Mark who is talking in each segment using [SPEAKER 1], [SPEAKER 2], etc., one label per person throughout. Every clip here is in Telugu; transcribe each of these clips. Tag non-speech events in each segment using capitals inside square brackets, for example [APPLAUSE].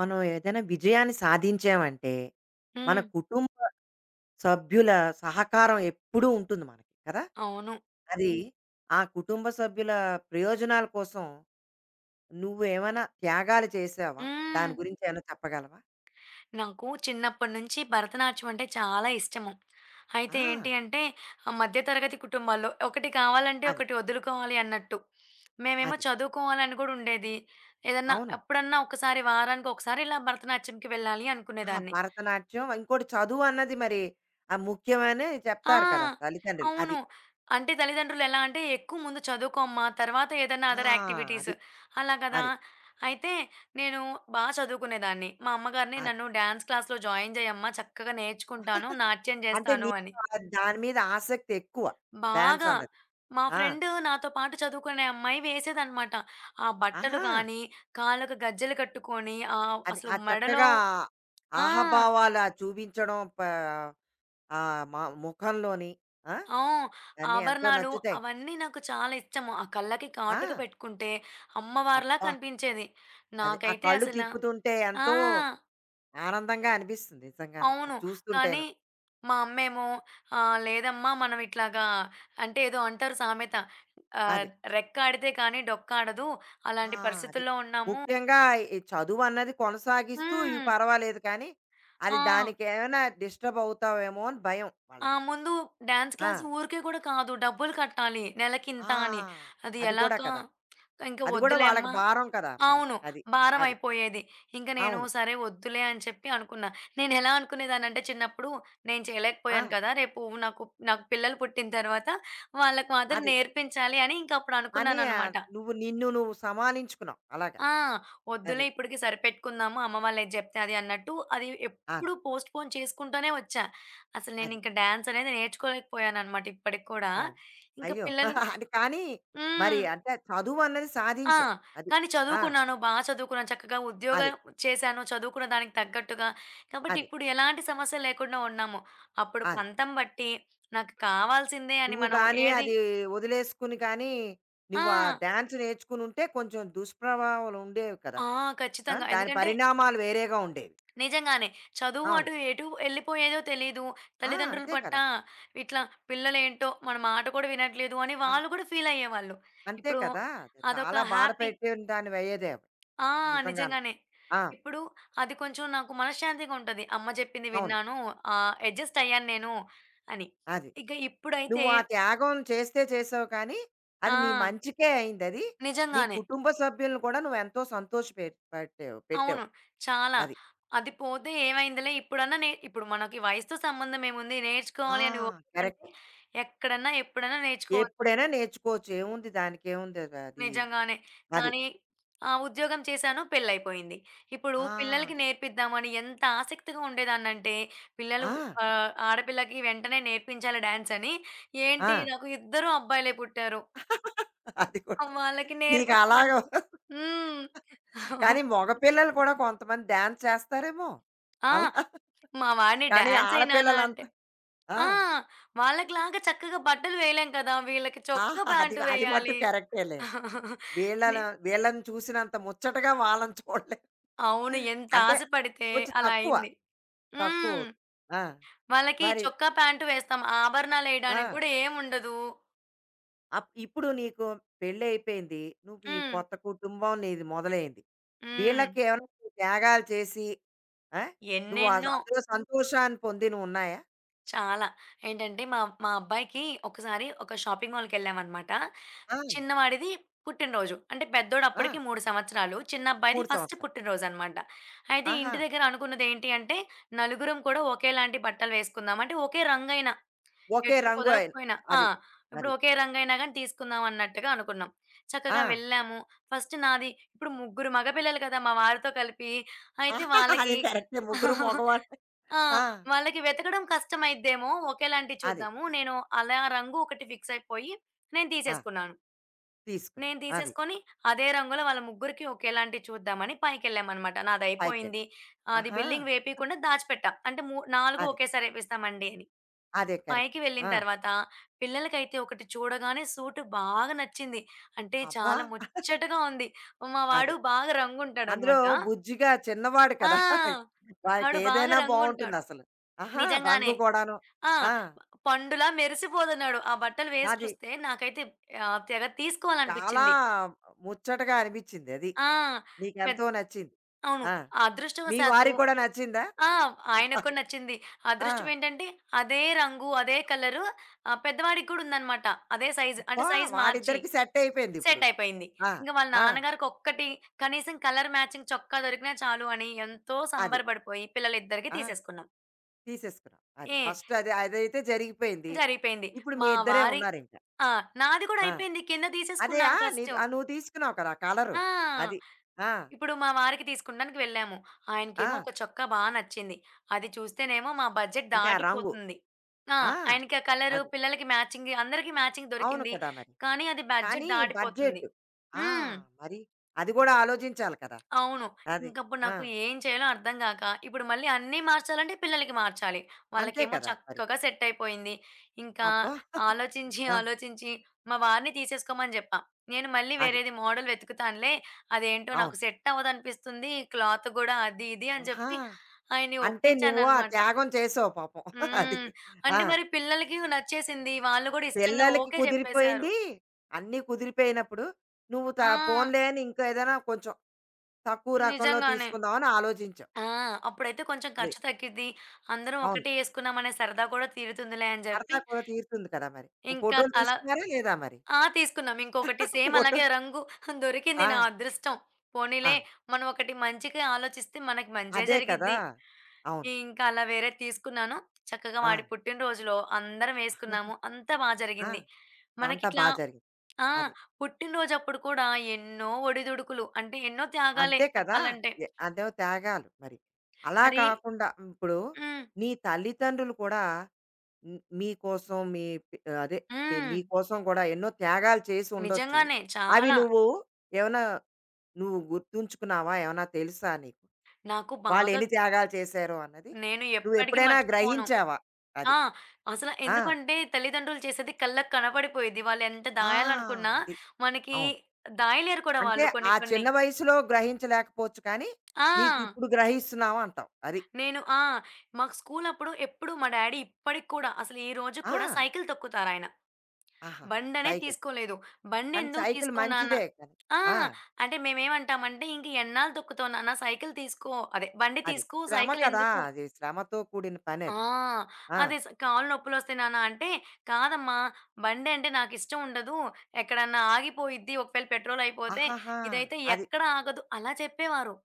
[SPEAKER 1] మనం ఏదైనా విజయాన్ని సాధించామంటే, మన
[SPEAKER 2] హ్మ్.
[SPEAKER 1] కుటుంబ సభ్యుల సహకారం ఎప్పుడూ ఉంటుంది మనకి కదా!
[SPEAKER 2] అవును.
[SPEAKER 1] అది ఆ కుటుంబ సభ్యుల ప్రయోజనాల కోసం నువ్వేమైనా త్యాగాలు చేసావా? దాని
[SPEAKER 2] హ్మ్.
[SPEAKER 1] గురించి ఏమైనా చెప్పగలవా?
[SPEAKER 2] నాకు చిన్నప్పటి నుంచి భరతనాట్యం అంటే చాలా ఇష్టము. అయితే ఏంటి
[SPEAKER 1] ఆ!
[SPEAKER 2] అంటే మధ్య తరగతి కుటుంబాల్లో ఒకటి కావాలంటే
[SPEAKER 1] అది.
[SPEAKER 2] ఒకటి వదులుకోవాలి అన్నట్టు. మేమేమో
[SPEAKER 1] అది.
[SPEAKER 2] చదువుకోవాలని గూడా ఉండేది. ఏదన్నా
[SPEAKER 1] అవును.
[SPEAKER 2] ఎప్పుడన్నా ఒకసారి వారానికి ఒకసారి ఇలా భరతనాట్యంకి వెళ్ళాలి
[SPEAKER 1] ఆ!
[SPEAKER 2] అనుకునేదాన్ని.
[SPEAKER 1] భరతనాట్యం ఇంకోటి చదువు అన్నది మరి ఆ ముఖ్యమని
[SPEAKER 2] ఆ!
[SPEAKER 1] చెప్తారు కదా! తల్లిదండ్రులు. అది.
[SPEAKER 2] అవును. అంటే తల్లిదండ్రులెలా అంటే, "ఎక్కువ ముందు చదువుకోమ్మా, తర్వాత ఏదన్నా
[SPEAKER 1] ఆ!
[SPEAKER 2] అదర్ యాక్టివిటీస్"
[SPEAKER 1] అది.
[SPEAKER 2] అలా కదా!
[SPEAKER 1] అది.
[SPEAKER 2] అయితే నేను బా చదువుకునేదాన్ని. మా అమ్మగారిని
[SPEAKER 1] అది.
[SPEAKER 2] "నన్ను డాన్స్ క్లాస్‌లో జాయిన్ చేయమ్మా, చక్కగా నేర్చుకుంటాను, నాట్యం
[SPEAKER 1] అంటే
[SPEAKER 2] చేస్తాను"
[SPEAKER 1] నీకు
[SPEAKER 2] అని.
[SPEAKER 1] ఆ దాని మీద ఆసక్తి ఎక్కువ. డాన్స్
[SPEAKER 2] బాగా
[SPEAKER 1] అన్నది.
[SPEAKER 2] మా
[SPEAKER 1] ఆ!
[SPEAKER 2] ఫ్రెండ్ నాతో పాటు చదువుకునే అమ్మాయి వేసేదనమాట. ఆ బట్టలు
[SPEAKER 1] ఆహా!
[SPEAKER 2] కానీ, కాళ్ళకు గజ్జెలు కట్టుకొని,
[SPEAKER 1] అది
[SPEAKER 2] అసలు
[SPEAKER 1] ఆ
[SPEAKER 2] మెడలో
[SPEAKER 1] చక్కగా
[SPEAKER 2] ఆ!
[SPEAKER 1] ఆహాభావాలు ఆ చూపించడం మా ముఖంలోని ఆ!
[SPEAKER 2] ఆ!
[SPEAKER 1] అన్నీ ఎంతో
[SPEAKER 2] ఆభరణాలు
[SPEAKER 1] నచ్చుతాయి.
[SPEAKER 2] అవన్నీ నాకు చాలా ఇష్టము. ఆ కళ్ళకి కాటుక
[SPEAKER 1] ఆ!
[SPEAKER 2] పెట్టుకుంటే అమ్మవారిలా
[SPEAKER 1] అబ్బా!
[SPEAKER 2] కనిపించేది.
[SPEAKER 1] అది ఆ
[SPEAKER 2] నాకైతే
[SPEAKER 1] కళ్ళు
[SPEAKER 2] అసల
[SPEAKER 1] తిప్పుతుంటే
[SPEAKER 2] ఆ!
[SPEAKER 1] ఎంతో ఆనందంగా అనిపిస్తుంది నిజంగాను. అది
[SPEAKER 2] అవును. కానీ
[SPEAKER 1] చూస్తుంటేను.
[SPEAKER 2] మా అమ్మేమో లేదమ్మా మనం ఇట్లాగా అంటే ఏదో అంటారు సామెత, ఆహ్,
[SPEAKER 1] అది.
[SPEAKER 2] రెక్కాడితే కానీ డొక్కాడదు.
[SPEAKER 1] ఆ!
[SPEAKER 2] అలాంటి
[SPEAKER 1] అది.
[SPEAKER 2] పరిస్థితుల్లో ఉన్నాము.
[SPEAKER 1] ముఖ్యంగా ఈ చదువన్నది కొనసాగిస్తూ ఇవి
[SPEAKER 2] హ్మ్.
[SPEAKER 1] పర్వాలేదు కానీ, అది
[SPEAKER 2] ఆ!
[SPEAKER 1] దానికేమైనా డిస్టర్బ్ అవుతావేమో అని భయం
[SPEAKER 2] ఆ!
[SPEAKER 1] వాళ్ళకి.
[SPEAKER 2] ముందు డాన్స్
[SPEAKER 1] ఆ!
[SPEAKER 2] క్లాస్ ఊరికే కూడా కాదు. డబ్బులు కట్టాలి
[SPEAKER 1] ఆ!
[SPEAKER 2] నెలకింత అని. అది
[SPEAKER 1] అది కూడా
[SPEAKER 2] ఎలాగా
[SPEAKER 1] కదా!
[SPEAKER 2] ఇంక
[SPEAKER 1] అది కూడా వాళ్ళకి
[SPEAKER 2] వద్దులేమ్మా
[SPEAKER 1] భారం కదా! మరి.
[SPEAKER 2] అవును.
[SPEAKER 1] అది. అది.
[SPEAKER 2] భారమైపోయేది. ఇంక నేను
[SPEAKER 1] అవును.
[SPEAKER 2] సరే వద్దులే అని చెప్పి అనుకున్నా. నేనెలా అనుకునేదాన్నంటే చిన్నప్పుడు నేను
[SPEAKER 1] ఆ!
[SPEAKER 2] చేయలేకపోయాను కదా! రేపు నాకు నాకు పిల్లలు పుట్టిన తర్వాత వాళ్ళకి మాత్రం
[SPEAKER 1] అది.
[SPEAKER 2] నేర్పించాలి అని ఇంక అప్పుడు
[SPEAKER 1] అని
[SPEAKER 2] అనుకున్నాననమాట.
[SPEAKER 1] నువ్వు నువ్వు సమాలించుకున్నావు. అలాగా.
[SPEAKER 2] ఆ! వద్దులే
[SPEAKER 1] అది.
[SPEAKER 2] ఇప్పటికి సరిపెట్టుకుందాము. అమ్మ వాళ్ళేది జెప్తే అది అన్నట్టు అది
[SPEAKER 1] ఆ!
[SPEAKER 2] ఎప్పుడూ పోస్ట్‌పోన్ చేసుకుంటూనే వచ్చా. అసలు
[SPEAKER 1] అది.
[SPEAKER 2] నేనింక డాన్స్ అనేది నేర్చుకోలేకపోయాననమాట ఇప్పటికి కూడా.
[SPEAKER 1] అవును.
[SPEAKER 2] ఇంక
[SPEAKER 1] అయ్యో!
[SPEAKER 2] పిల్లలు
[SPEAKER 1] [LAUGHS] అది కానీ మరి
[SPEAKER 2] హ్మ్.
[SPEAKER 1] అంటే చదువన్నది
[SPEAKER 2] ఆ!
[SPEAKER 1] సాధించావు. అది.
[SPEAKER 2] కానీ
[SPEAKER 1] ఆ!
[SPEAKER 2] చదువుకున్నాను. బా చదువుకున్నాను. చక్కగా ఉద్యోగం
[SPEAKER 1] అది.
[SPEAKER 2] చేశాను. చదువుకున్న దానికి తగ్గట్టుగా. కాబట్టి
[SPEAKER 1] అది.
[SPEAKER 2] ఇప్పుడు ఎలాంటి సమస్య లేకుండా ఉన్నాము. అప్పుడు
[SPEAKER 1] అది.
[SPEAKER 2] పంతం బట్టి నాకు కావాల్సిందే అని
[SPEAKER 1] నువ్వు
[SPEAKER 2] మనం
[SPEAKER 1] గాని
[SPEAKER 2] ఏది
[SPEAKER 1] అది వదిలేసుకుని కానీ
[SPEAKER 2] ఆ!
[SPEAKER 1] నువ్వు ఆ డాన్స్ నేర్చుకునుంటే కొంచెం దుష్ప్రభావాలుండేవి కదా!
[SPEAKER 2] ఆ!
[SPEAKER 1] ఆ!
[SPEAKER 2] ఖచ్చితంగా.
[SPEAKER 1] దాని
[SPEAKER 2] ఎందుకంటే
[SPEAKER 1] పరిణామాలు వేరేగా ఉండేవి.
[SPEAKER 2] నిజంగానే. చదువు
[SPEAKER 1] అవును.
[SPEAKER 2] అటు ఎటు ఎళ్ళిపోయేదో తెలీదు.
[SPEAKER 1] ఆ!
[SPEAKER 2] తల్లిదండ్రుల
[SPEAKER 1] అంతే
[SPEAKER 2] పట్ట
[SPEAKER 1] కదా!
[SPEAKER 2] ఇట్లా పిల్లలేంటో మన మాట కూడా వినట్లేదు అని
[SPEAKER 1] ఆ!
[SPEAKER 2] వాళ్ళు కూడా ఫీల్ అయ్యేవాళ్ళు.
[SPEAKER 1] అంతే
[SPEAKER 2] ఇప్పుడు
[SPEAKER 1] కదా! అది
[SPEAKER 2] అదొక
[SPEAKER 1] చాలా బాధ
[SPEAKER 2] హ్యాపీ.
[SPEAKER 1] పెట్టిన దానివి అయ్యేది అవి.
[SPEAKER 2] ఆ!
[SPEAKER 1] నిజంగాను.
[SPEAKER 2] నిజంగానే.
[SPEAKER 1] ఆ!
[SPEAKER 2] ఇప్పుడు అది కొంచెం నాకు మనశ్శాంతిగా ఉంటది. అమ్మ జెప్పింది
[SPEAKER 1] అవును.
[SPEAKER 2] విన్నాను. అడ్జస్ట్ అయ్యాను నేను అని.
[SPEAKER 1] అది.
[SPEAKER 2] ఇక ఇప్పుడైతే
[SPEAKER 1] నువ్వు ఆ త్యాగం చేస్తే చేసావు కానీ, అది నీ
[SPEAKER 2] ఆ!
[SPEAKER 1] మంచికే అయిందది. నీ
[SPEAKER 2] నిజంగానే.
[SPEAKER 1] కుటుంబ సభ్యులను కూడా నువ్వెంతో సంతోష పట్టావు పెట్టావు.
[SPEAKER 2] అవును. చాలా.
[SPEAKER 1] అది.
[SPEAKER 2] అది పోతే ఏమైందిలే ఇప్పుడన్నా నే ఇప్పుడు మనకి వయసుతో సంబంధం ఏముంది
[SPEAKER 1] ఆ!
[SPEAKER 2] నేర్చుకోవాలి అని
[SPEAKER 1] కరెక్ట్.
[SPEAKER 2] ఓపికుంటే ఎక్కడన్నా, ఎప్పుడన్నా నేర్చుకోవచ్చు.
[SPEAKER 1] ఎప్పుడైనా నేర్చుకోవచ్చు. ఏముంది దానికేముంది అది.
[SPEAKER 2] నిజంగానే.
[SPEAKER 1] అది.
[SPEAKER 2] కానీ ఆ ఉద్యోగం చేశాను. పెళ్లయిపోయింది. ఇప్పుడు
[SPEAKER 1] ఆ!
[SPEAKER 2] పిల్లలకి నేర్పిద్దామని ఎంత ఆసక్తిగా ఉండేదాన్నంటే పిల్లలు
[SPEAKER 1] ఆ!
[SPEAKER 2] ఆడపిల్లకి వెంటనే నేర్పించాలి డాన్స్ అని.
[SPEAKER 1] ఆ!
[SPEAKER 2] ఏంటి నాకు ఇద్దరు అబ్బాయిలే పుట్టారు.
[SPEAKER 1] అది కూడా.
[SPEAKER 2] వాళ్ళకి
[SPEAKER 1] నీకు
[SPEAKER 2] నేర్పించడానికి
[SPEAKER 1] అలాగా
[SPEAKER 2] హ్మ్.
[SPEAKER 1] కానీ మగపిల్లలు కూడా కొంతమంది డాన్స్ చేస్తారేమో!
[SPEAKER 2] ఆ!
[SPEAKER 1] అలా.
[SPEAKER 2] మా వాడిని
[SPEAKER 1] కానీ
[SPEAKER 2] డాన్సే నాన్న
[SPEAKER 1] ఆడపిల్లలం
[SPEAKER 2] అంటే
[SPEAKER 1] ఆ!
[SPEAKER 2] ఆ! వాళ్ళకిలాగా చక్కగా బట్టలు వేయలేం కదా! వీళ్ళకి
[SPEAKER 1] ఆ!
[SPEAKER 2] చొక్కా
[SPEAKER 1] అది
[SPEAKER 2] ప్యాంట్
[SPEAKER 1] అది మట్టు
[SPEAKER 2] వేయాలి.
[SPEAKER 1] కరెక్టేలే. వీళ్ళన
[SPEAKER 2] ని
[SPEAKER 1] వీళ్ళని చూసినంత ముచ్చటగా వాళ్ళని చూడలేం.
[SPEAKER 2] అవును. ఎంత
[SPEAKER 1] అంటే
[SPEAKER 2] ఆశ పడితే
[SPEAKER 1] కొంచెం
[SPEAKER 2] అలా
[SPEAKER 1] తక్కువ.
[SPEAKER 2] అయింది. హ్మ్.
[SPEAKER 1] తక్కువవుతుంది. ఆ!
[SPEAKER 2] వాళ్ళకి
[SPEAKER 1] మరి
[SPEAKER 2] చొక్కా ప్యాంటు వేస్తాం.
[SPEAKER 1] ఆ!
[SPEAKER 2] ఆభరణాలేయడానికి కూడా ఏముండదు.
[SPEAKER 1] ఇప్పుడు నీకు పెళ్ళయిపోయింది. నువ్వు ఈ
[SPEAKER 2] హ్మ్.
[SPEAKER 1] కొత్త కుటుంబం నీది మొదలైంది.
[SPEAKER 2] హ్మ్.
[SPEAKER 1] వీళ్ళకేమైనా నువ్వు త్యాగాలు చేసి ఆ! నువ్వు
[SPEAKER 2] ఎన్నెన్నో
[SPEAKER 1] అందులో సంతోషాన్ని పొందినవి ఉన్నాయా?
[SPEAKER 2] చాలా. ఏంటంటే మా మా అబ్బాయికి ఒకసారి ఒక షాపింగ్ మాల్‌కెళ్ళామనమాట.
[SPEAKER 1] ఆ!
[SPEAKER 2] చిన్నవాడిది పుట్టినరోజు. అంటే పెద్దోడు
[SPEAKER 1] ఆ!
[SPEAKER 2] అప్పటికి 3 సంవత్సరాలు. చిన్నబ్బాయిది
[SPEAKER 1] 3
[SPEAKER 2] ఫస్ట్
[SPEAKER 1] సంవత్సరాలు.
[SPEAKER 2] పుట్టినరోజనమాట. అయితే
[SPEAKER 1] ఆహా!
[SPEAKER 2] ఇంటి దగ్గర అనుకున్నదేంటి అంటే, నలుగురం కూడా ఒకేలాంటి బట్టలు వేసుకుందాం. అంటే ఒకే రంగైన
[SPEAKER 1] ఒకే
[SPEAKER 2] ఎట్లా
[SPEAKER 1] రంగు ఆయన
[SPEAKER 2] కుదరకపోయినా ఆ!
[SPEAKER 1] అది.
[SPEAKER 2] ఇప్పుడు
[SPEAKER 1] అది.
[SPEAKER 2] ఒకే రంగయినా గాని తీసుకుందాం అన్నట్టుగా అనుకున్నాం.
[SPEAKER 1] ఆ!
[SPEAKER 2] చక్కగా వెళ్ళాము. ఫస్ట్ నాది ఇప్పుడు ముగ్గురు మగపిల్లలు కదా! మా వారితో కలిపి. అయితే
[SPEAKER 1] [LAUGHS]
[SPEAKER 2] వాళ్ళకి
[SPEAKER 1] అది కరెక్టే. ముగ్గురు
[SPEAKER 2] [LAUGHS]
[SPEAKER 1] మగవాళ్ళు.
[SPEAKER 2] ఆ!
[SPEAKER 1] ఆ!
[SPEAKER 2] వాళ్ళకి వెతకడం కష్టమైద్దేమో ఒకేలాంటివి
[SPEAKER 1] అది.
[SPEAKER 2] చూద్దాము. నేను అలా రంగు ఒకటి ఫిక్స్ అయిపోయి నేను
[SPEAKER 1] ఆ!
[SPEAKER 2] తీసేసుకున్నాను.
[SPEAKER 1] తీసుకున్నాం.
[SPEAKER 2] నేను
[SPEAKER 1] అది.
[SPEAKER 2] తీసేసుకొని అదే రంగులో వాళ్ళ ముగ్గురికి ఒకేలాంటివి చూద్దామని పైకెళ్ళామనమాట.
[SPEAKER 1] పైకెళ్ళి.
[SPEAKER 2] నాదయిపోయింది. అది
[SPEAKER 1] ఆహా!
[SPEAKER 2] బిల్లింగ్ వేపీయకుండా దాచిపెట్టా. అంటే మూ 4
[SPEAKER 1] అది.
[SPEAKER 2] ఒకేసారి ఏపిస్తామండి అని.
[SPEAKER 1] అదే కరెక్ట్.
[SPEAKER 2] పైకి వెళ్ళిన
[SPEAKER 1] ఆ!
[SPEAKER 2] తర్వాత పిల్లలకైతే ఒకటి చూడగానే సూట్ బాగా నచ్చింది. అంటే
[SPEAKER 1] అబ్బా!
[SPEAKER 2] చాలా ముచ్చటగా ఉంది. మా
[SPEAKER 1] అది.
[SPEAKER 2] వాడు బాగా
[SPEAKER 1] అందులో
[SPEAKER 2] రంగుంటాడనమాట.
[SPEAKER 1] బుజ్జిగా చిన్నవాడు
[SPEAKER 2] ఆ!
[SPEAKER 1] కదా!
[SPEAKER 2] వాడు బాగా
[SPEAKER 1] వాడికేదైనా
[SPEAKER 2] రంగుంటాడు.
[SPEAKER 1] బావుంటుందసలు. ఆహా!
[SPEAKER 2] నిజంగానే.
[SPEAKER 1] రంగు కూడాను.
[SPEAKER 2] ఆ!
[SPEAKER 1] ఆ!
[SPEAKER 2] పండులా మెరిసిపోతున్నాడు. ఆ బట్టలు వేసి
[SPEAKER 1] అది.
[SPEAKER 2] చూస్తే నాకైతే తెగ
[SPEAKER 1] చాలా
[SPEAKER 2] తీసుకోవాలనిపించింది.
[SPEAKER 1] ముచ్చటగా అనిపించింది అది.
[SPEAKER 2] ఆ! పెద్
[SPEAKER 1] నీకెంతో నచ్చింది.
[SPEAKER 2] అవును.
[SPEAKER 1] ఆ!
[SPEAKER 2] ఆ
[SPEAKER 1] మీ
[SPEAKER 2] అదృష్టవశాత్తు
[SPEAKER 1] వారికి కూడా నచ్చిందా?
[SPEAKER 2] ఆ!
[SPEAKER 1] మీ
[SPEAKER 2] ఆయనకు కూడా
[SPEAKER 1] వారికి
[SPEAKER 2] నచ్చింది.
[SPEAKER 1] ఆ!
[SPEAKER 2] అదృష్టం ఏంటంటే అదే రంగు, అదే కలరు పెద్దవాడికి కూడా ఉందనమాట. అదే సైజు. అంటే
[SPEAKER 1] అబ్బా!
[SPEAKER 2] సైజు మార్చి.
[SPEAKER 1] వాళ్ళిద్దరికీ సెట్ అయిపోయిందిప్పుడు.
[SPEAKER 2] సెట్ అయిపోయింది.
[SPEAKER 1] ఆ!
[SPEAKER 2] ఇంక వాళ్ళ
[SPEAKER 1] ఆ!
[SPEAKER 2] నాన్నగారికొక్కటి కనీసం కలర్ మ్యాచింగ్ చొక్కా దొరికినా చాలు అని ఎంతో
[SPEAKER 1] అది.
[SPEAKER 2] సంబరపడిపోయి పిల్లలిద్దరికీ
[SPEAKER 1] ఆ!
[SPEAKER 2] తీసేసుకున్నాం.
[SPEAKER 1] తీసేసుకున్నాం. అది.
[SPEAKER 2] ఏ
[SPEAKER 1] ఫస్ట్ అది అదైతే జరిగిపోయింది.
[SPEAKER 2] జరిగిపోయింది.
[SPEAKER 1] ఇప్పుడు మీ
[SPEAKER 2] మా
[SPEAKER 1] ఇద్దరే
[SPEAKER 2] వారి
[SPEAKER 1] ఉన్నారింక.
[SPEAKER 2] ఆ! నాది కూడా
[SPEAKER 1] ఆ!
[SPEAKER 2] అయిపోయింది. కింద
[SPEAKER 1] అదే
[SPEAKER 2] తీసేసుకున్నాను
[SPEAKER 1] ఆ!
[SPEAKER 2] ఫస్ట్.
[SPEAKER 1] నీది ఆ! నువ్వు తీసుకున్నావు కదా! కలరు.
[SPEAKER 2] ఆ!
[SPEAKER 1] అది. ఆ!
[SPEAKER 2] ఇప్పుడు మా వారికి తీసుకుండానికి వెళ్ళాము.
[SPEAKER 1] ఆ!
[SPEAKER 2] ఆయనకేమో ఒక చొక్కా బా నచ్చింది. అది చూస్తేనేమో మా బడ్జెట్
[SPEAKER 1] అంటే ఆ రంగు.
[SPEAKER 2] దాటిపోతుంది. ఆ!
[SPEAKER 1] ఆ!
[SPEAKER 2] ఆయనకి ఆ కలరు,
[SPEAKER 1] అది.
[SPEAKER 2] పిల్లలకి మ్యాచింగ్ అందరికీ మ్యాచింగ్
[SPEAKER 1] అవును
[SPEAKER 2] దొరికింది.
[SPEAKER 1] కదా మరి.
[SPEAKER 2] కానీ అది బడ్జెట్
[SPEAKER 1] కానీ
[SPEAKER 2] దాటిపోతుంది.
[SPEAKER 1] బడ్జెట్. ఆ!
[SPEAKER 2] హ్మ్.
[SPEAKER 1] మరి అది గూడా ఆలోచించాలి కదా!
[SPEAKER 2] అవును.
[SPEAKER 1] అది.
[SPEAKER 2] ఇంకప్పుడు
[SPEAKER 1] ఆ!
[SPEAKER 2] నాకు ఏం చేయాలో అర్థం గాక, ఇప్పుడు మళ్ళీ అన్నీ మార్చాలంటే పిల్లలకి మార్చాలి.
[SPEAKER 1] అంతే
[SPEAKER 2] వాళ్ళకేమో
[SPEAKER 1] కదా! మరి.
[SPEAKER 2] చక్కగా సెట్ అయిపోయింది. ఇంకా
[SPEAKER 1] అబ్బా!
[SPEAKER 2] ఆలోచించి,
[SPEAKER 1] ఆ!
[SPEAKER 2] ఆలోచించి మా వారిని తీసేసుకోమని జెప్పా. నేను మళ్ళీ
[SPEAKER 1] అది.
[SPEAKER 2] వేరేది మోడల్ వెతుకుతానులే, అదేంటో
[SPEAKER 1] అవును.
[SPEAKER 2] నాకు సెట్ అవ్వదనిపిస్తుంది. క్లాత్ గూడా అది, ఇది అని
[SPEAKER 1] ఆహా!
[SPEAKER 2] జెప్పి ఆయన్ని
[SPEAKER 1] అంటే నువ్వు ఆ
[SPEAKER 2] ఒప్పించాననమాట.
[SPEAKER 1] త్యాగం చేసావు పాపం. [LAUGHS] అది.
[SPEAKER 2] హ్మ్.
[SPEAKER 1] ఆ!
[SPEAKER 2] అంటే మరి పిల్లలకి నచ్చేసింది. వాళ్ళు గూడా ఇష్టంగా
[SPEAKER 1] పిల్లలకి
[SPEAKER 2] ఓకే జెప్పేసారు.
[SPEAKER 1] కుదిరిపోయింది. అన్నీ కుదిరిపోయినప్పుడు నువ్వు
[SPEAKER 2] ఆ!
[SPEAKER 1] పోన్లే అని ఇంకా ఏదైనా కొంచెం తక్కువ రకంలో
[SPEAKER 2] నిజంగానే.
[SPEAKER 1] తీసుకుందాం అని ఆలోచించావు.
[SPEAKER 2] ఆ! అప్పుడైతే కొంచెం
[SPEAKER 1] అది.
[SPEAKER 2] ఖర్చు తగ్గిద్ది. అందరం
[SPEAKER 1] అవును.
[SPEAKER 2] ఒకటే యేసుకున్నామనే సరదా కూడా తీరుతుందిలే అని జెప్పి,
[SPEAKER 1] సరదా కూడా తీరుతుంది కదా మరి. ఓ
[SPEAKER 2] ఇంకా
[SPEAKER 1] ఫోటోలు
[SPEAKER 2] అలా
[SPEAKER 1] తీసుకున్నారా లేదా మరి?
[SPEAKER 2] ఆ! తీసుకున్నాం. ఇంకొకటి
[SPEAKER 1] [LAUGHS]
[SPEAKER 2] సేమ్
[SPEAKER 1] ఫోటో
[SPEAKER 2] అలాగే రంగు [LAUGHS] దొరికింది
[SPEAKER 1] ఆ!
[SPEAKER 2] నా అదృష్టం.
[SPEAKER 1] ఆ!
[SPEAKER 2] పోనీలే మనం ఒకటి మంచికి ఆలోచిస్తే మనకి మంచే
[SPEAKER 1] అదే కదా!
[SPEAKER 2] జరిగిద్ది.
[SPEAKER 1] అవును.
[SPEAKER 2] ఇంకా అలా వేరేది తీసుకున్నాను. చక్కగా
[SPEAKER 1] ఆ!
[SPEAKER 2] వాడి పుట్టినరోజులో అందరం వేసుకున్నాము. అంతా బా
[SPEAKER 1] ఆ!
[SPEAKER 2] జరిగింది.
[SPEAKER 1] అంతా బా
[SPEAKER 2] మనకిట్లా
[SPEAKER 1] జరిగింది.
[SPEAKER 2] ఆ!
[SPEAKER 1] అది.
[SPEAKER 2] పుట్టినరోజప్పుడు కూడా ఎన్నో ఒడిదుడుకులు అంటే ఎన్నో త్యాగాలే
[SPEAKER 1] అంతే కదా!
[SPEAKER 2] చెప్పాలంటే.
[SPEAKER 1] అదో త్యాగాలు మరి. అలా
[SPEAKER 2] మరి
[SPEAKER 1] కాకుండా ఇప్పుడు
[SPEAKER 2] హ్మ్.
[SPEAKER 1] నీ తల్లిదండ్రులు కూడా మీకోసం మీ పె అదే
[SPEAKER 2] హ్మ్.
[SPEAKER 1] నీకోసం గూడా ఎన్నో త్యాగాలు చేసి ఉండొచ్చు.
[SPEAKER 2] నిజంగానే.
[SPEAKER 1] అవి
[SPEAKER 2] చాలా.
[SPEAKER 1] నువ్వు ఏమన్నా నువ్వు గుర్తుంచుకున్నావా? ఏమన్నా తెలుసా నీకు?
[SPEAKER 2] నాకు బాగా
[SPEAKER 1] వాళ్ళెన్ని త్యాగాలు చేశారో అన్నది?
[SPEAKER 2] నేను ఎప్పటికి
[SPEAKER 1] నువ్వెప్పుడైనా
[SPEAKER 2] మర్చిపోను.
[SPEAKER 1] గ్రహించావా? అది.
[SPEAKER 2] ఆ! అసల
[SPEAKER 1] ఆ!
[SPEAKER 2] ఎందుకంటే తల్లిదండ్రులు చేసేది కళ్ళకి కనపడిపోయిద్ది. వాళ్ళెంత
[SPEAKER 1] ఆ!
[SPEAKER 2] దాయాలనుకున్నా,
[SPEAKER 1] అది.
[SPEAKER 2] మనకి
[SPEAKER 1] అవును.
[SPEAKER 2] దాయలేరు కూడా
[SPEAKER 1] అంటే
[SPEAKER 2] వాళ్ళు
[SPEAKER 1] ఆ
[SPEAKER 2] కొన్ని కొన్ని.
[SPEAKER 1] చిన్న వయసులో గ్రహించలేకపోవచ్చు కానీ,
[SPEAKER 2] ఆ!
[SPEAKER 1] నీకిప్పుడు గ్రహిస్తున్నావు అంటావు. అది.
[SPEAKER 2] నేను ఆ! మాకు స్కూలప్పుడు ఎప్పుడు మా డ్యాడీ ఇప్పటికి కూడా అసలు ఈ రోజుకి కూడా
[SPEAKER 1] ఆ!
[SPEAKER 2] సైకిల్ తొక్కుతారాయన.
[SPEAKER 1] ఆహాహా!
[SPEAKER 2] బండనేది
[SPEAKER 1] సైకిల్.
[SPEAKER 2] తీసుకోలేదు.
[SPEAKER 1] కానీ
[SPEAKER 2] బండెందుకు
[SPEAKER 1] సైకిల్
[SPEAKER 2] తీసుకోవు నాన్న
[SPEAKER 1] మంచిదే కానీ.
[SPEAKER 2] ఆ!
[SPEAKER 1] ఆ!
[SPEAKER 2] అంటే మేమేమంటామంటే, "ఇంక ఎన్నాళ్ళు తొక్కుతావు నాన్న సైకిల్ తీసుకో" అదే బండి
[SPEAKER 1] అది.
[SPEAKER 2] తీసుకో
[SPEAKER 1] శ్రమ కదా!
[SPEAKER 2] సైకిలెందుకు
[SPEAKER 1] అది శ్రమతో కూడిన
[SPEAKER 2] ఆ!
[SPEAKER 1] పనది. ఆ!
[SPEAKER 2] అదే స్ కాళ్ళు నొప్పులొస్తాయి నాన్న అంటే, "కాదమ్మా బండి అంటే నాకిష్టం ఉండదు. ఎక్కడన్నా ఆగిపోయిద్ది. ఒకవేళ పెట్రోల్ అయిపోతే,
[SPEAKER 1] ఆహాహా!
[SPEAKER 2] ఇదైతే
[SPEAKER 1] అది.
[SPEAKER 2] ఎక్కడ ఆగదు" అలా చెప్పేవారు.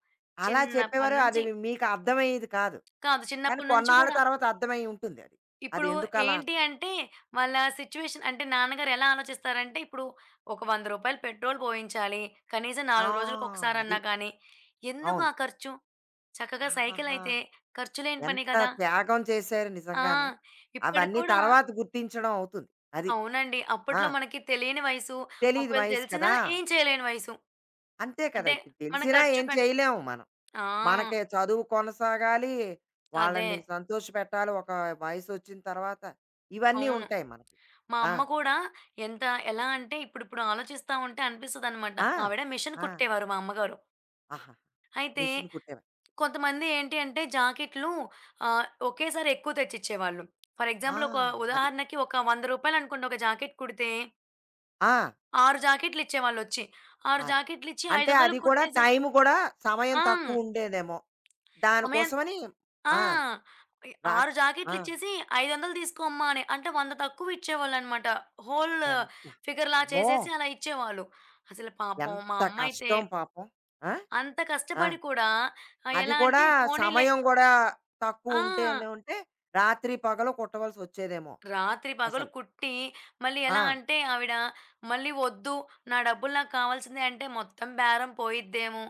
[SPEAKER 1] అలా
[SPEAKER 2] చిన్నప్పటి
[SPEAKER 1] చెప్పేవారు. అది
[SPEAKER 2] నుంచి.
[SPEAKER 1] మీకు అర్థమయ్యేది కాదు.
[SPEAKER 2] కాదు
[SPEAKER 1] కానీ
[SPEAKER 2] చిన్నప్పటి నుంచి
[SPEAKER 1] కొన్నాళ్ళ
[SPEAKER 2] గూడా.
[SPEAKER 1] తర్వాత అర్థమై ఉంటుంది అది. అది
[SPEAKER 2] ఇప్పుడు
[SPEAKER 1] ఎందుకలా
[SPEAKER 2] ఏంటి అంటే, వాళ్ళ సిట్యుయేషన్ అంటే నాన్నగారు ఎలా ఆలోచిస్తారంటే, ఇప్పుడు ఒక రూ. 100 పెట్రోల్ పోయించాలి. కనీసం
[SPEAKER 1] ఆ!
[SPEAKER 2] 4
[SPEAKER 1] అది.
[SPEAKER 2] రోజులకొకసారన్నా కానీ, ఎందుకు
[SPEAKER 1] అవును.
[SPEAKER 2] ఆ ఖర్చు? చక్కగా
[SPEAKER 1] ఆహాహా!
[SPEAKER 2] సైకిలయితే ఖర్చు లేని పని
[SPEAKER 1] ఎంత
[SPEAKER 2] కదా!
[SPEAKER 1] త్యాగం చేశారు
[SPEAKER 2] ఆ!
[SPEAKER 1] నిజంగాను.
[SPEAKER 2] ఇప్పటికి
[SPEAKER 1] అవన్నీ
[SPEAKER 2] కూడా
[SPEAKER 1] తర్వాత గుర్తించడం అవుతుంది. అది.
[SPEAKER 2] అవునండి.
[SPEAKER 1] ఆ!
[SPEAKER 2] అప్పట్లో మనకి తెలియని వయసు.
[SPEAKER 1] తెలీదు
[SPEAKER 2] ఒకవేళ
[SPEAKER 1] వయసు
[SPEAKER 2] తెలిసినా
[SPEAKER 1] కదా!
[SPEAKER 2] ఏం చేయలేని వయసు.
[SPEAKER 1] అంతే కదా!
[SPEAKER 2] అంటే
[SPEAKER 1] ఇప్పుడు
[SPEAKER 2] మనం
[SPEAKER 1] తెలిసినా
[SPEAKER 2] ఖర్చు
[SPEAKER 1] ఏం
[SPEAKER 2] పెట్
[SPEAKER 1] చేయలేము మనం.
[SPEAKER 2] ఆ!
[SPEAKER 1] మనకే చదువు కొనసాగాలి.
[SPEAKER 2] అదే.
[SPEAKER 1] వాళ్ళని సంతోషపెట్టాలి. ఒక వయసొచ్చిన తర్వాత ఇవన్నీ
[SPEAKER 2] అవును.
[SPEAKER 1] ఉంటాయి మనకి.
[SPEAKER 2] మా
[SPEAKER 1] ఆ!
[SPEAKER 2] అమ్మ కూడా ఎంత ఎలా అంటే ఇప్పుడిప్పుడు ఆలోచిస్తా ఉంటే అనిపిస్తదనమాట.
[SPEAKER 1] ఆ!
[SPEAKER 2] ఆవిడ మిషన్
[SPEAKER 1] ఆ!
[SPEAKER 2] కుట్టేవారు మా అమ్మగారు.
[SPEAKER 1] ఆహాహా!
[SPEAKER 2] అయితే
[SPEAKER 1] మిషన్ కుట్టేవారు.
[SPEAKER 2] కొంతమంది ఏంటి అంటే జాకెట్లు ఒకేసారి ఎక్కువ తెచ్చిచ్చేవాళ్ళు. ఫర్
[SPEAKER 1] ఆ!
[SPEAKER 2] ఎగ్జాంపుల్ ఒక
[SPEAKER 1] అది.
[SPEAKER 2] ఉదాహరణకి ఒక రూ. 100 అనుకోండి ఒక జాకెట్ కుడితే
[SPEAKER 1] ఆ!
[SPEAKER 2] 6 జాకెట్లిచ్చేవాళ్ళొచ్చి. 6
[SPEAKER 1] అది.
[SPEAKER 2] జాకెట్లిచ్చి
[SPEAKER 1] అంటే అది
[SPEAKER 2] 500కి
[SPEAKER 1] కూడా
[SPEAKER 2] కుట్టేసే
[SPEAKER 1] టైం కూడా సమయం
[SPEAKER 2] ఆ!
[SPEAKER 1] తక్కువ ఉండేదేమో.
[SPEAKER 2] సమయం
[SPEAKER 1] దానికోసమని
[SPEAKER 2] ఆ!
[SPEAKER 1] ఆ!
[SPEAKER 2] ఇ
[SPEAKER 1] రా
[SPEAKER 2] 6
[SPEAKER 1] ఆ!
[SPEAKER 2] జాకెట్లిచ్చేసి "500 తీసుకో అమ్మా" అని. అంటే 100 తక్కువ ఇచ్చేవాళ్ళనమాట. హోల్
[SPEAKER 1] ఎంత
[SPEAKER 2] ఫిగర్‌లా
[SPEAKER 1] అమ్మో!
[SPEAKER 2] చేసేసి అలా ఇచ్చేవాళ్ళు. అసలు పాపం మా
[SPEAKER 1] ఎంత
[SPEAKER 2] అమ్మయితే
[SPEAKER 1] కష్టం పాపం. ఆ!
[SPEAKER 2] అంత
[SPEAKER 1] ఆ!
[SPEAKER 2] కష్టపడి కూడా
[SPEAKER 1] అది
[SPEAKER 2] ఎలా
[SPEAKER 1] కూడా
[SPEAKER 2] అంటే పోనీలే
[SPEAKER 1] సమయం కూడా
[SPEAKER 2] ఆ!
[SPEAKER 1] తక్కువ ఉంటే రాత్రి పగలు కుట్టవలసొచ్చేదేమో
[SPEAKER 2] రాత్రి పగలు
[SPEAKER 1] అసలు.
[SPEAKER 2] కుట్టి, మళ్ళీ ఎలా
[SPEAKER 1] ఆ!
[SPEAKER 2] అంటే ఆవిడ మళ్ళీ వద్దు. నా డబ్బులు నాకు కావాల్సిందే అంటే మొత్తం బేరం పోయిద్దేమో!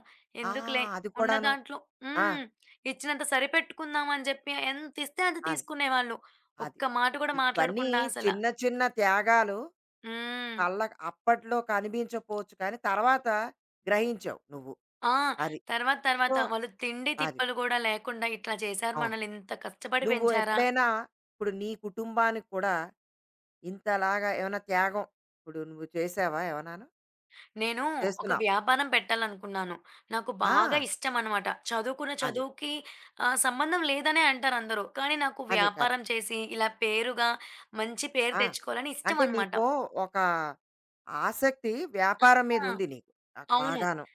[SPEAKER 1] ఆ!
[SPEAKER 2] ఎందుకులే
[SPEAKER 1] అది
[SPEAKER 2] ఉన్న
[SPEAKER 1] కూడాను.
[SPEAKER 2] దాంట్లో
[SPEAKER 1] ఆ!
[SPEAKER 2] హ్మ్. ఇచ్చినంత సరిపెట్టుకుందాం అని చెప్పి ఎంత ఇస్తే అంత
[SPEAKER 1] అది.
[SPEAKER 2] తీసుకునేవాళ్ళు.
[SPEAKER 1] అది.
[SPEAKER 2] ఒక్క మాట కూడా
[SPEAKER 1] ఇవన్నీ
[SPEAKER 2] మాట్లాడకుండా అసల.
[SPEAKER 1] చిన్న చిన్న త్యాగాలు
[SPEAKER 2] హ్మ్.
[SPEAKER 1] కళ్ళ అప్పట్లో కనిపించకపోవచ్చు కానీ తర్వాత గ్రహించావు నువ్వు.
[SPEAKER 2] ఆ!
[SPEAKER 1] అది.
[SPEAKER 2] తర్వాత
[SPEAKER 1] సో,
[SPEAKER 2] తర్వాత వాళ్ళు తిండి
[SPEAKER 1] అది.
[SPEAKER 2] తిప్పలు కూడా లేకుండా ఇట్లా చేశారు
[SPEAKER 1] అవును.
[SPEAKER 2] మనల్ని ఇంత కష్టపడి
[SPEAKER 1] నువ్వు
[SPEAKER 2] పెంచారా?
[SPEAKER 1] ఎప్పుడైనా ఇప్పుడు నీ కుటుంబానికి కూడా ఇంతలాగా ఏమైనా త్యాగం ఇప్పుడు నువ్వు చేసావా ఏమన్నాను?
[SPEAKER 2] నేను ఒక
[SPEAKER 1] చేస్తున్నావు.
[SPEAKER 2] వ్యాపారం పెట్టాలనుకున్నాను. నాకు బాగా
[SPEAKER 1] ఆ!
[SPEAKER 2] ఇష్టమనమాట. చదువుకున్న
[SPEAKER 1] అది.
[SPEAKER 2] చదువుకి సంబంధం లేదనే అంటారందరూ. కానీ నాకు
[SPEAKER 1] అది కరెక్ట్.
[SPEAKER 2] వ్యాపారం చేసి, ఇలా పేరుగా మంచి పేరు
[SPEAKER 1] ఆ!
[SPEAKER 2] తెచ్చుకోవాలని
[SPEAKER 1] అంటే
[SPEAKER 2] ఇష్టమనమాట.
[SPEAKER 1] నీకు ఒక ఆసక్తి వ్యాపారం
[SPEAKER 2] ఆ!
[SPEAKER 1] మీద ఉంది నీకు.
[SPEAKER 2] అవును.
[SPEAKER 1] బాగాను.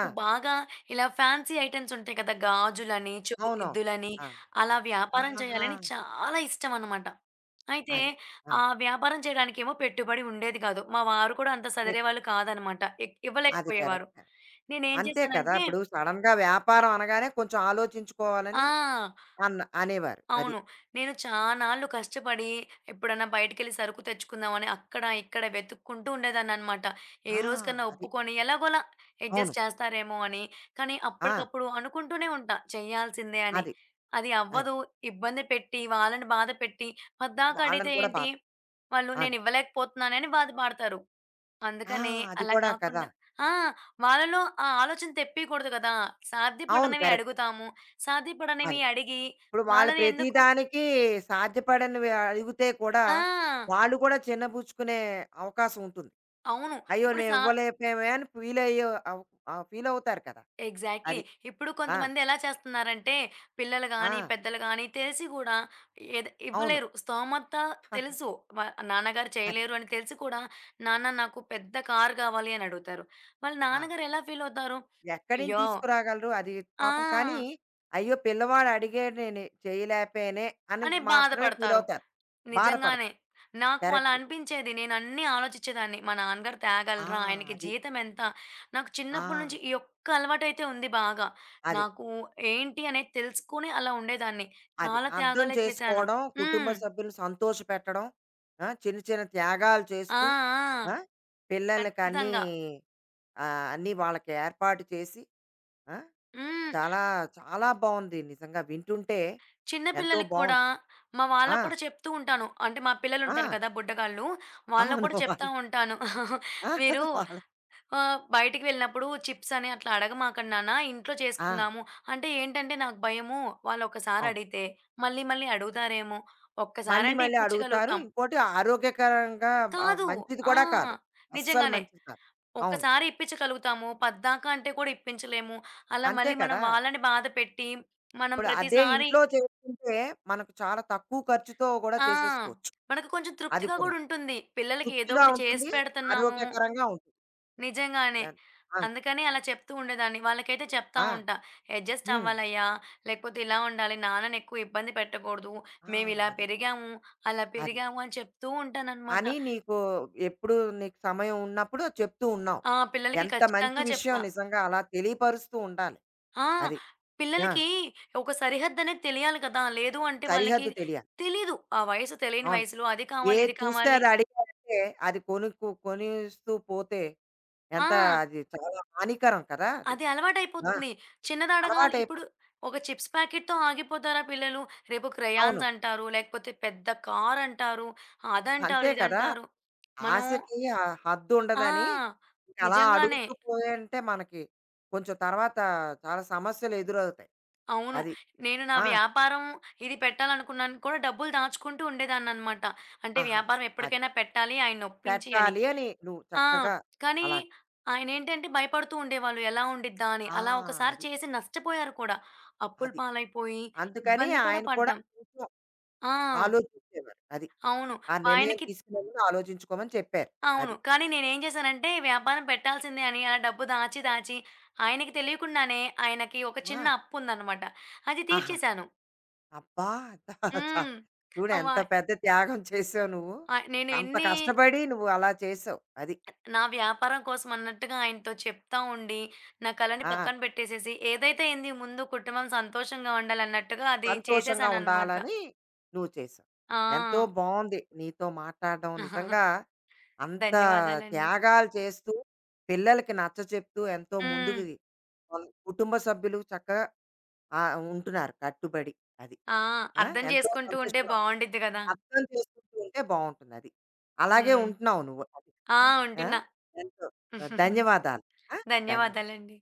[SPEAKER 1] ఆ!
[SPEAKER 2] బాగా ఇలా ఫ్యాన్సీ ఐటెమ్స్ ఉంటాయి కదా! గాజులని,
[SPEAKER 1] అవునవును.
[SPEAKER 2] చెవితిద్దులని
[SPEAKER 1] ఆ!
[SPEAKER 2] అలా వ్యాపారం
[SPEAKER 1] ఆహాహా!
[SPEAKER 2] చేయాలని చాలా ఇష్టమనమాట. అయితే
[SPEAKER 1] అది. ఆ!
[SPEAKER 2] ఆ వ్యాపారం చేయడానికేమో పెట్టుబడి ఉండేది కాదు. మా వారు కూడా అంత
[SPEAKER 1] పెట్
[SPEAKER 2] సదిరేవాళ్ళు కాదనమాట. ఇ
[SPEAKER 1] అది
[SPEAKER 2] ఇవ్వలేకపోయేవారు.
[SPEAKER 1] కరెక్ట్.
[SPEAKER 2] నేనేం
[SPEAKER 1] అంతే కదా!
[SPEAKER 2] చేశానంటే
[SPEAKER 1] ఇప్పుడు సడెన్‌గా వ్యాపారం అనగానే కొంచెం ఆలోచించుకోవాలని
[SPEAKER 2] ఆ!
[SPEAKER 1] అన్న అనేవారు. అది.
[SPEAKER 2] అవును. నేను చానాళ్ళు కష్టపడి ఎప్పుడన్నా బయటికెళ్ళి సరుకు తెచ్చుకుందామని అక్కడ, ఇక్కడ వెతుక్కుంటూ ఉండేదాన్ననమాట. ఏ
[SPEAKER 1] ఆ!
[SPEAKER 2] రోజుకన్నా
[SPEAKER 1] అది.
[SPEAKER 2] ఒప్పుకొని ఎలాగోలా
[SPEAKER 1] అవును.
[SPEAKER 2] అడ్జస్ట్ చేస్తారేమో అని. కానీ
[SPEAKER 1] ఆ!
[SPEAKER 2] అప్పటికప్పుడు అనుకుంటూనే ఉంటా చేయాల్సిందే అని.
[SPEAKER 1] అది.
[SPEAKER 2] అది
[SPEAKER 1] అది.
[SPEAKER 2] అవ్వదు, ఇబ్బంది పెట్టి, వాళ్ళని బాధ పెట్టి పద్దాక
[SPEAKER 1] వాళ్ళని
[SPEAKER 2] అడిగితే
[SPEAKER 1] కూడా
[SPEAKER 2] ఏంటి,
[SPEAKER 1] బాధ
[SPEAKER 2] వాళ్ళు
[SPEAKER 1] అది.
[SPEAKER 2] నేనివ్వలేకపోతున్నానని బాధపడతారు.
[SPEAKER 1] ఆ!
[SPEAKER 2] అందుకనే
[SPEAKER 1] అది
[SPEAKER 2] అలా
[SPEAKER 1] కూడా కదా!
[SPEAKER 2] కాకుండా ఆ! వాళ్ళలో ఆ ఆలోచన తెప్పీకూడదు గదా!
[SPEAKER 1] అవును.
[SPEAKER 2] సాధ్యపడనివి
[SPEAKER 1] కరెక్ట్.
[SPEAKER 2] అడుగుతాము. సాధ్యపడనివి
[SPEAKER 1] అది.
[SPEAKER 2] అడిగి
[SPEAKER 1] ఇప్పుడు వాళ్ళు
[SPEAKER 2] వాళ్ళని ఎందుకు
[SPEAKER 1] ప్రతిదానికి సాధ్యపడనివి అడిగితే కూడా,
[SPEAKER 2] ఆ!
[SPEAKER 1] వాళ్ళు కూడా చిన్నబుచ్చుకునే అవకాశం ఉంటుంది.
[SPEAKER 2] అవును.
[SPEAKER 1] అయ్యో!
[SPEAKER 2] ఇప్పుడు
[SPEAKER 1] మేము
[SPEAKER 2] సా
[SPEAKER 1] ఇవ్వలేకపోయామే అని ఫీల్ అయ్యే అవ్ ఫీల్ అవుతారు కదా!
[SPEAKER 2] ఎగ్జాక్ట్‌లీ.
[SPEAKER 1] అది.
[SPEAKER 2] ఇప్పుడు
[SPEAKER 1] ఆ!
[SPEAKER 2] కొంతమంది ఎలా చేస్తున్నారంటే పిల్లలు
[SPEAKER 1] ఆ!
[SPEAKER 2] గాని, పెద్దలు గాని తెలిసి గూడా ఏద్
[SPEAKER 1] అవును.
[SPEAKER 2] ఇవ్వలేరు. స్తోమత తెలుసు.
[SPEAKER 1] [LAUGHS]
[SPEAKER 2] వ నాన్నగారు
[SPEAKER 1] అది.
[SPEAKER 2] చేయలేరు అని తెలిసి కూడా నాన్న నాకు పెద్ద కారు గావాలి అని అడుగుతారు. వాళ్ళ
[SPEAKER 1] ఆ!
[SPEAKER 2] నాన్నగారు ఎలా ఫీల్ అవుతారు?
[SPEAKER 1] ఎక్కడి నుంచి
[SPEAKER 2] అయ్యో!
[SPEAKER 1] తీసుకురాగలరు? అది పాపం కానీ,
[SPEAKER 2] ఆ!
[SPEAKER 1] అయ్యో! పిల్లవాడు అడిగాడు నేను చేయలేకపోయానే అని
[SPEAKER 2] అని
[SPEAKER 1] మాత్రమే
[SPEAKER 2] బాధపడతారు.
[SPEAKER 1] ఫీలవుతారు.
[SPEAKER 2] నిజంగానే.
[SPEAKER 1] బాధపడతారు.
[SPEAKER 2] నాకు అలా
[SPEAKER 1] కరెక్ట్.
[SPEAKER 2] అనిపించేది. నేను అన్నీ ఆలోచిచ్చేదాన్ని. మా నాన్నగారు
[SPEAKER 1] ఆ!
[SPEAKER 2] తేగలరా? ఆయనకి
[SPEAKER 1] అది.
[SPEAKER 2] జీతం ఎంత? నాకు
[SPEAKER 1] ఆ!
[SPEAKER 2] చిన్నప్పటి నుంచి ఈ ఒక్క అలవాటైతే ఉంది బాగా.
[SPEAKER 1] అది.
[SPEAKER 2] నాకు ఏంటి అనేది తెలుసుకొని అలా ఉండేదాన్ని.
[SPEAKER 1] అది.
[SPEAKER 2] చాలా
[SPEAKER 1] అర్థం
[SPEAKER 2] త్యాగాలే చేశాను.
[SPEAKER 1] చేసుకోవడం, కుటుంబ
[SPEAKER 2] హ్మ్.
[SPEAKER 1] సభ్యులను సంతోషపెట్టడం, ఆ! చిన్న చిన్న త్యాగాలు
[SPEAKER 2] ఆ!
[SPEAKER 1] చేస్తూ,
[SPEAKER 2] ఆ!
[SPEAKER 1] ఆ! పిల్లలకి అన్నీ
[SPEAKER 2] ఖచ్చితంగా.
[SPEAKER 1] అన్నీ వాళ్ళకి ఏర్పాటు చేసి, ఆ!
[SPEAKER 2] హ్మ్.
[SPEAKER 1] చాలా, చాలా బావుంది నిజంగా వింటుంటే
[SPEAKER 2] చిన్న
[SPEAKER 1] ఎంతో
[SPEAKER 2] పిల్లలకి కూడా
[SPEAKER 1] బావుంది.
[SPEAKER 2] మా
[SPEAKER 1] ఆ!
[SPEAKER 2] వాళ్ళకి కూడా చెప్తూ ఉంటాను. అంటే మా పిల్లలుంటారు
[SPEAKER 1] ఆ!
[SPEAKER 2] కదా! బుడ్డగాళ్ళు. వాళ్ళకి
[SPEAKER 1] అవును.
[SPEAKER 2] కూడా చెప్తా ఉంటాను. [LAUGHS] మీరు
[SPEAKER 1] వాళ్ళు
[SPEAKER 2] ఆ! బయటికి వెళ్ళినప్పుడు చిప్స్ అని అట్లా అడగమాకండి నాన్న. ఇంట్లో
[SPEAKER 1] ఆ!
[SPEAKER 2] చేసుకుందాము. అంటే ఏంటంటే నాకు భయము వాళ్ళొక్కసారి
[SPEAKER 1] అవును.
[SPEAKER 2] అడిగితే మళ్ళీ మళ్ళీ అడుగుతారేమో!
[SPEAKER 1] మళ్ళీ
[SPEAKER 2] ఒక్కసారంటే
[SPEAKER 1] మళ్ళీ అడుగుతారు.
[SPEAKER 2] ఇప్పించగలుగుతాం.
[SPEAKER 1] ఇంకోటి ఆరోగ్యకరంగా
[SPEAKER 2] కాదు.
[SPEAKER 1] మంచిది
[SPEAKER 2] ఆ!
[SPEAKER 1] కూడా కాదు. అస్సలు
[SPEAKER 2] నిజంగానే.
[SPEAKER 1] మంచిది కాదు. అవును.
[SPEAKER 2] ఒక్కసారి ఇప్పించగలుగుతాము. పద్దాకా అంటే కూడా ఇప్పించలేము. అలా
[SPEAKER 1] అంతే
[SPEAKER 2] మళ్ళీ మనం
[SPEAKER 1] కదా!
[SPEAKER 2] వాళ్ళని బాధ పెట్టి మనం
[SPEAKER 1] ఇప్పుడు అదే
[SPEAKER 2] ప్రతిసారి
[SPEAKER 1] ఇంట్లో చేసుకుంటే మనకు చాలా తక్కువ ఖర్చుతో కూడా
[SPEAKER 2] ఆ!
[SPEAKER 1] చేసేసుకోవచ్చు.
[SPEAKER 2] మనకు కొంచెం
[SPEAKER 1] అది
[SPEAKER 2] తృప్తిగా
[SPEAKER 1] కూడా.
[SPEAKER 2] గూడా ఉంటుంది. పిల్లలకి ఏదో
[SPEAKER 1] తృప్తిగా
[SPEAKER 2] ఒకటి చేసి
[SPEAKER 1] ఉంటుంది.
[SPEAKER 2] పెడుతున్నాము
[SPEAKER 1] ఆరోగ్యకరంగా ఉంటుంది.
[SPEAKER 2] నిజంగానే.
[SPEAKER 1] అది. ఆ!
[SPEAKER 2] అందుకనే అలా చెప్తూ ఉండేదాన్ని. వాళ్ళకైతే చెప్తా
[SPEAKER 1] ఆ!
[SPEAKER 2] ఉంటా. "అడ్జస్ట్
[SPEAKER 1] హ్మ్.
[SPEAKER 2] అవ్వాలయ్యా. లేకపోతే ఇలా ఉండాలి. నాన్నని ఎక్కువ ఇబ్బంది పెట్టకూడదు.
[SPEAKER 1] ఆ!
[SPEAKER 2] మేమిలా
[SPEAKER 1] అది.
[SPEAKER 2] పెరిగాము, అలా
[SPEAKER 1] అది.
[SPEAKER 2] పెరిగాము" అని చెప్తూ ఉంటాననమాట.
[SPEAKER 1] అని నీకు ఎప్పుడు నీకు సమయం ఉన్నప్పుడు చెప్తూ ఉన్నావు.
[SPEAKER 2] ఆ! పిల్లలకి
[SPEAKER 1] ఎంత మంచి
[SPEAKER 2] ఖచ్చితంగా
[SPEAKER 1] విషయం
[SPEAKER 2] చెప్తా.
[SPEAKER 1] నిజంగా అలా తెలియపరుస్తూ ఉండాలి.
[SPEAKER 2] ఆ!
[SPEAKER 1] అది. ఆ!
[SPEAKER 2] పిల్లలకి ఒక సరిహద్దనేది తెలియాలి కదా! లేదు అంటే వాళ్ళకి
[SPEAKER 1] సరిహద్దు తెలియాలి.
[SPEAKER 2] తెలీదు. ఆ వయసు తెలియని
[SPEAKER 1] అవును.
[SPEAKER 2] వయసులో అది కావాలి,
[SPEAKER 1] ఏది
[SPEAKER 2] ఇది
[SPEAKER 1] చూస్తే
[SPEAKER 2] కావాలి.
[SPEAKER 1] అది అడిగారంటే అది కొనేస్తూ పోతే
[SPEAKER 2] ఆ!
[SPEAKER 1] ఎంత అది చాలా హానికరం కదా! అది.
[SPEAKER 2] అది
[SPEAKER 1] ఆ!
[SPEAKER 2] అలవాటైపోతుంది. చిన్నదడగాలి ఇప్పుడు
[SPEAKER 1] అలవాటైపోతుంది.
[SPEAKER 2] ఒక చిప్స్ ప్యాకెట్‌తో ఆగిపోతారా పిల్లలు? రేపు
[SPEAKER 1] అవును.
[SPEAKER 2] క్రయాన్స్ అంటారు. లేకపోతే పెద్ద కారంటారు.
[SPEAKER 1] అంతే
[SPEAKER 2] అదంటారు,
[SPEAKER 1] కదా!
[SPEAKER 2] ఇదంటారు. మనం
[SPEAKER 1] ఆశకి
[SPEAKER 2] ఆ!
[SPEAKER 1] హద్దుండదని అలా
[SPEAKER 2] నిజంగానే.
[SPEAKER 1] అడుగుతూ పోయారంటే మనకి కొంచెం తర్వాత చాలా సమస్యలు ఎదురవుతాయి.
[SPEAKER 2] అవును.
[SPEAKER 1] అది.
[SPEAKER 2] నేను నా
[SPEAKER 1] ఆ!
[SPEAKER 2] వ్యాపారం ఇది పెట్టాలనుకున్నాను కూడా డబ్బులు దాచుకుంటూ ఉండేదాన్ననమాట. అంటే
[SPEAKER 1] ఆహాహా!
[SPEAKER 2] వ్యాపారం
[SPEAKER 1] అది.
[SPEAKER 2] ఎప్పటికైనా పెట్టాలి ఆయనొప్పించి అని.
[SPEAKER 1] పెట్టాలి అని నువ్వు
[SPEAKER 2] ఆ!
[SPEAKER 1] చక్కగా
[SPEAKER 2] కానీ
[SPEAKER 1] అలాగ.
[SPEAKER 2] ఆయనేంటంటే భయపడుతూ ఉండేవాళ్ళు. ఎలా ఉండిద్దా అని.
[SPEAKER 1] ఆ!
[SPEAKER 2] అలా ఒకసారి
[SPEAKER 1] అది.
[SPEAKER 2] చేసి నష్టపోయారు కూడా. అప్పుల
[SPEAKER 1] అది.
[SPEAKER 2] పాలైపోయి
[SPEAKER 1] అందుకని
[SPEAKER 2] ఇబ్బంది కూడా
[SPEAKER 1] ఆయన కూడా
[SPEAKER 2] పడ్డాం.
[SPEAKER 1] కొంచెం
[SPEAKER 2] ఆ!
[SPEAKER 1] ఆలోచించేవారు. అది.
[SPEAKER 2] అవును.
[SPEAKER 1] ఆ నిర్ణయం
[SPEAKER 2] ఆయనకి
[SPEAKER 1] తీసుకునే ముందు ఆలోచించుకోమని చెప్పారు.
[SPEAKER 2] అవును.
[SPEAKER 1] అది.
[SPEAKER 2] కానీ నేనేం చేశానంటే వ్యాపారం పెట్టాల్సిందే అని ఆ డబ్బు దాచి, దాచి ఆయనకి తెలియకుండానే ఆయనకి ఒక
[SPEAKER 1] ఆ!
[SPEAKER 2] చిన్న అప్పుందనమాట. అది
[SPEAKER 1] ఆహాహా!
[SPEAKER 2] తీర్చేశాను.
[SPEAKER 1] అబ్బా! చా చా-
[SPEAKER 2] హ్మ్.
[SPEAKER 1] చూడు
[SPEAKER 2] ఆహ్,
[SPEAKER 1] ఎంత
[SPEAKER 2] వా
[SPEAKER 1] పెద్ద త్యాగం చేసావు నువ్వు.
[SPEAKER 2] నేను
[SPEAKER 1] అంత
[SPEAKER 2] ఎన్ని
[SPEAKER 1] కష్టపడి నువ్వు అలా చేసావు. అది.
[SPEAKER 2] నా వ్యాపారం కోసం అన్నట్టుగా ఆయనతో చెప్తా ఉండి, నా కలని
[SPEAKER 1] ఆ!
[SPEAKER 2] పక్కన పెట్టేసేసి ఏదైతే ఏంది ముందు కుటుంబం సంతోషంగా ఉండాలన్నట్టుగా అది
[SPEAKER 1] సంతోషంగా
[SPEAKER 2] చేసేశాననమాట.
[SPEAKER 1] ఉండాలని నువ్వు చేసావు.
[SPEAKER 2] ఆ!
[SPEAKER 1] ఎంతో బావుంది నీతో మాట్లాడడం. నిజంగా అంత
[SPEAKER 2] ధన్యవాదాలండి.
[SPEAKER 1] త్యాగాలు చేస్తూ, పిల్లలకి నచ్చచెప్తూ ఎంతో ముందుకు
[SPEAKER 2] హ్మ్.
[SPEAKER 1] వాళ్ళ కుటుంబ సభ్యులు చక్కగా ఉంటున్నారు కట్టుబడి. అది.
[SPEAKER 2] ఆ!
[SPEAKER 1] ఆ!
[SPEAKER 2] అర్థం
[SPEAKER 1] ఎంతో
[SPEAKER 2] చేసుకుంటూ ఉంటే
[SPEAKER 1] సంతోషంగా
[SPEAKER 2] బావుండిద్ది గదా!
[SPEAKER 1] అర్థం చేసుకుంటూ ఉంటే బావుంటుందది. అలాగే
[SPEAKER 2] హ్మ్.
[SPEAKER 1] ఉంటున్నావు నువ్వు. అది.
[SPEAKER 2] ఆ!
[SPEAKER 1] ఆ!
[SPEAKER 2] ఉంటున్నా.
[SPEAKER 1] ఎంతో
[SPEAKER 2] [LAUGHS]
[SPEAKER 1] ధన్యవాదాలు. ఆ! ధన్యవాదాలు.
[SPEAKER 2] ధన్యవాదాలండి.